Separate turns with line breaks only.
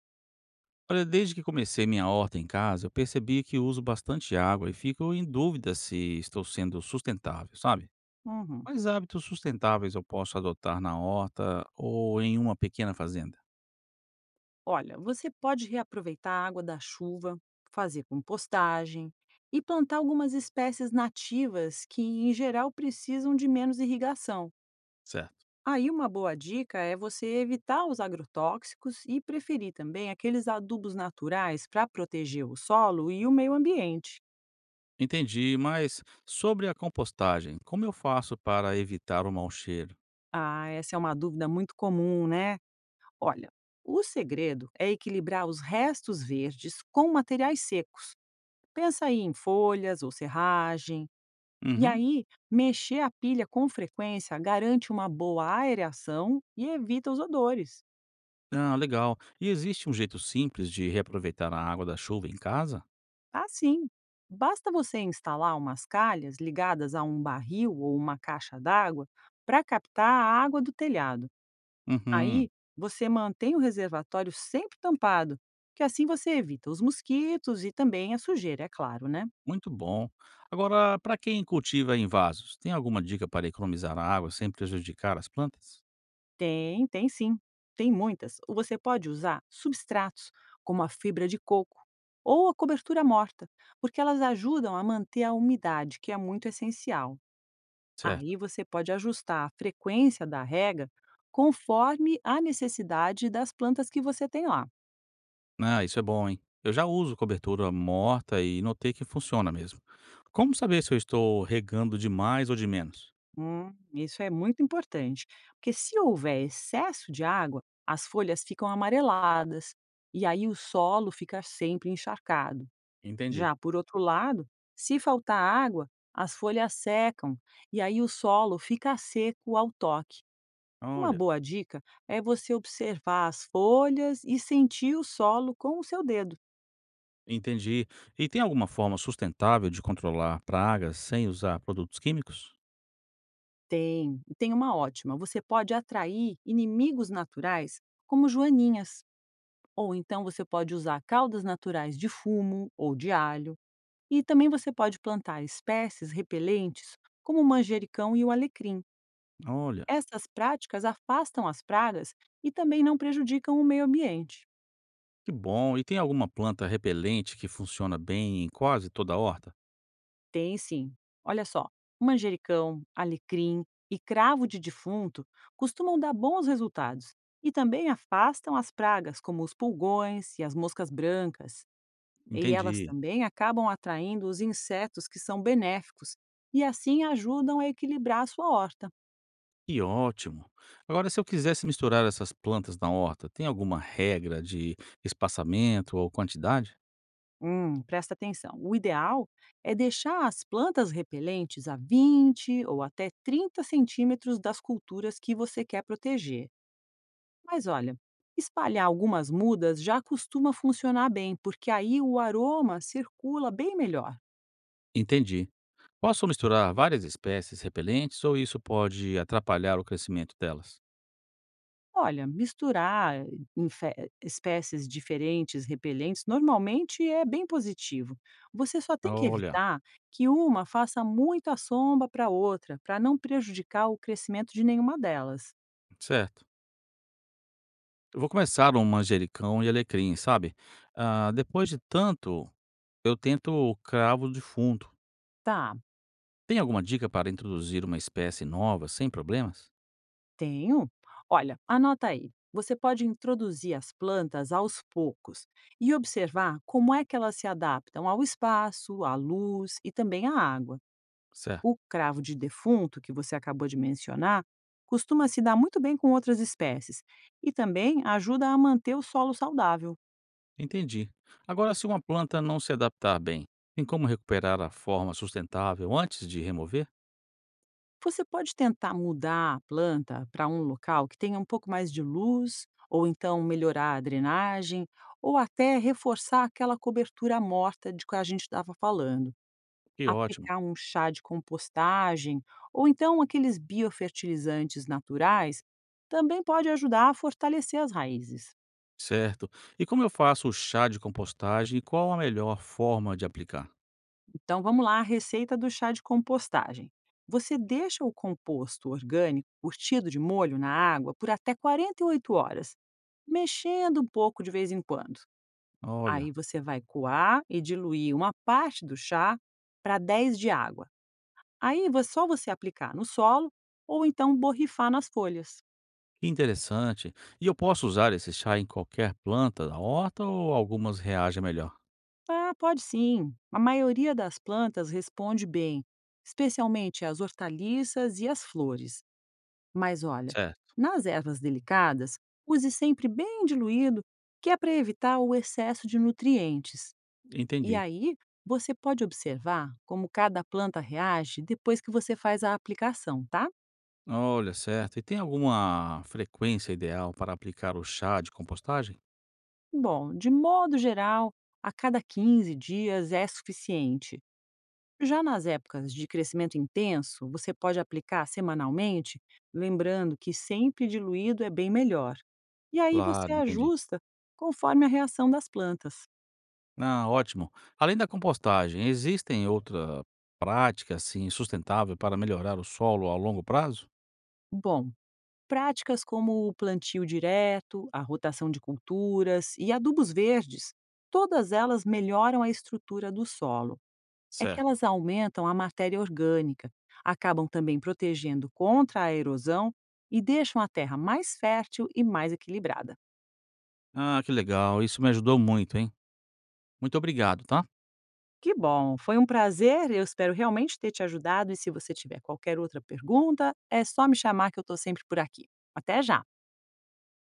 Olha, desde que comecei minha horta em casa, eu percebi que uso bastante água e fico em dúvida se estou sendo sustentável, sabe?
Uhum.
Quais hábitos sustentáveis eu posso adotar na horta ou em uma pequena fazenda?
Olha, você pode reaproveitar a água da chuva, fazer compostagem e plantar algumas espécies nativas que, em geral, precisam de menos irrigação.
Certo.
Aí, uma boa dica é você evitar os agrotóxicos e preferir também aqueles adubos naturais para proteger o solo e o meio ambiente.
Entendi, mas sobre a compostagem, como eu faço para evitar o mau cheiro?
Ah, essa é uma dúvida muito comum, né? Olha, o segredo é equilibrar os restos verdes com materiais secos. Pensa aí em folhas ou serragem. E
Uhum.
aí, mexer a pilha com frequência garante uma boa aereação e evita os odores.
Ah, legal. E existe um jeito simples de reaproveitar a água da chuva em casa?
Assim, basta você instalar umas calhas ligadas a um barril ou uma caixa d'água para captar a água do telhado. Aí,
Uhum.
você mantém o reservatório sempre tampado, que assim você evita os mosquitos e também a sujeira, é claro, né?
Muito bom. Agora, para quem cultiva em vasos, tem alguma dica para economizar a água sem prejudicar as plantas?
Tem, tem sim. Tem muitas. Ou Você pode usar substratos, como a fibra de coco ou a cobertura morta, porque elas ajudam a manter a umidade, que é muito essencial. Aí
Certo.
você pode ajustar a frequência da rega conforme a necessidade das plantas que você tem lá.
Ah, isso é bom, hein? Eu já uso cobertura morta e notei que funciona mesmo. Como saber se eu estou regando de mais ou de menos?
Isso é muito importante, porque se houver excesso de água, as folhas ficam amareladas e aí o solo fica sempre encharcado.
Entendi.
Já por outro lado, se faltar água, as folhas secam e aí o solo fica seco ao toque. Uma
Olha,
boa dica é você observar as folhas e sentir o solo com o seu dedo.
entendi. E tem alguma forma sustentável de controlar pragas sem usar produtos químicos?
Tem, tem uma ótima. Você pode atrair inimigos naturais, como joaninhas, ou então você pode usar caudas naturais de fumo ou de alho, e também você pode plantar espécies repelentes, como o manjericão e o alecrim.
Olha,
Essas práticas afastam as pragas e também não prejudicam o meio ambiente.
que bom. E tem alguma planta repelente que funciona bem em quase toda a horta?
Tem sim. Olha só, manjericão, alecrim e cravo de defunto costumam dar bons resultados e também afastam as pragas como os pulgões e as moscas brancas. E elas
Entendi.
também acabam atraindo os insetos que são benéficos e assim ajudam a equilibrar a sua horta.
Que ótimo. Agora, se eu quisesse misturar essas plantas na horta, tem alguma regra de espaçamento ou quantidade?
Presta atenção. O ideal é deixar as plantas repelentes a 20 ou até 30 centímetros das culturas que você quer proteger. Mas olha, espalhar algumas mudas já costuma funcionar bem, porque aí o aroma circula bem melhor.
Entendi. Posso misturar várias espécies repelentes ou isso pode atrapalhar o crescimento delas?
Olha, misturar espécies diferentes repelentes normalmente é bem positivo. Você só tem que
Olha,
evitar que uma faça muita sombra para outra, para não prejudicar o crescimento de nenhuma delas.
certo. Eu vou começar um manjericão e alecrim, sabe? Ah, depois de tanto, eu tento o cravo defunto.
Tá,
Tem alguma dica para introduzir uma espécie nova sem problemas?
tenho. Olha, anota aí. Você pode introduzir as plantas aos poucos e observar como é que elas se adaptam ao espaço, à luz e também à água.
Certo.
O cravo de defunto, que você acabou de mencionar, costuma se dar muito bem com outras espécies e também ajuda a manter o solo saudável.
Entendi. Agora, se uma planta não se adaptar bem, tem como recuperar a forma sustentável antes de remover?
Você pode tentar mudar a planta para um local que tenha um pouco mais de luz, ou então melhorar a drenagem, ou até reforçar aquela cobertura morta de que a gente estava falando.
Que ótimo.
Aplicar um chá de compostagem, ou então aqueles biofertilizantes naturais, também pode ajudar a fortalecer as raízes.
Certo. E como eu faço o chá de compostagem e qual a melhor forma de aplicar?
Então vamos lá, a receita do chá de compostagem. Você deixa o composto orgânico curtido de molho na água por até 48 horas, mexendo um pouco de vez em quando. Aí
Olha,
você vai coar e diluir uma parte do chá para 10 de água. Aí só você aplicar no solo ou então borrifar nas folhas.
que interessante. E eu posso usar esse chá em qualquer planta da horta ou algumas reagem melhor?
Ah, pode sim. A maioria das plantas responde bem, especialmente as hortaliças e as flores. Mas olha,
Certo.
nas ervas delicadas, use sempre bem diluído, que é para evitar o excesso de nutrientes. E
Entendi.
aí, você pode observar como cada planta reage depois que você faz a aplicação, tá?
Olha, certo. E tem alguma frequência ideal para aplicar o chá de compostagem?
Bom, de modo geral, a cada 15 dias é suficiente. Já nas épocas de crescimento intenso, você pode aplicar semanalmente, lembrando que sempre diluído é bem melhor. E aí você
Claro, entendi.
ajusta conforme a reação das plantas.
Ah, ótimo. Além da compostagem, existem outra prática assim sustentável para melhorar o solo a longo prazo?
Bom, práticas como o plantio direto, a rotação de culturas e adubos verdes, todas elas melhoram a estrutura do solo. É que
Certo.
elas aumentam a matéria orgânica, acabam também protegendo contra a erosão e deixam a terra mais fértil e mais equilibrada.
Ah, que legal. Isso me ajudou muito, hein? Muito obrigado, tá?
Que bom, foi um prazer, eu espero realmente ter te ajudado e se você tiver qualquer outra pergunta, é só me chamar que eu estou sempre por aqui. Até já!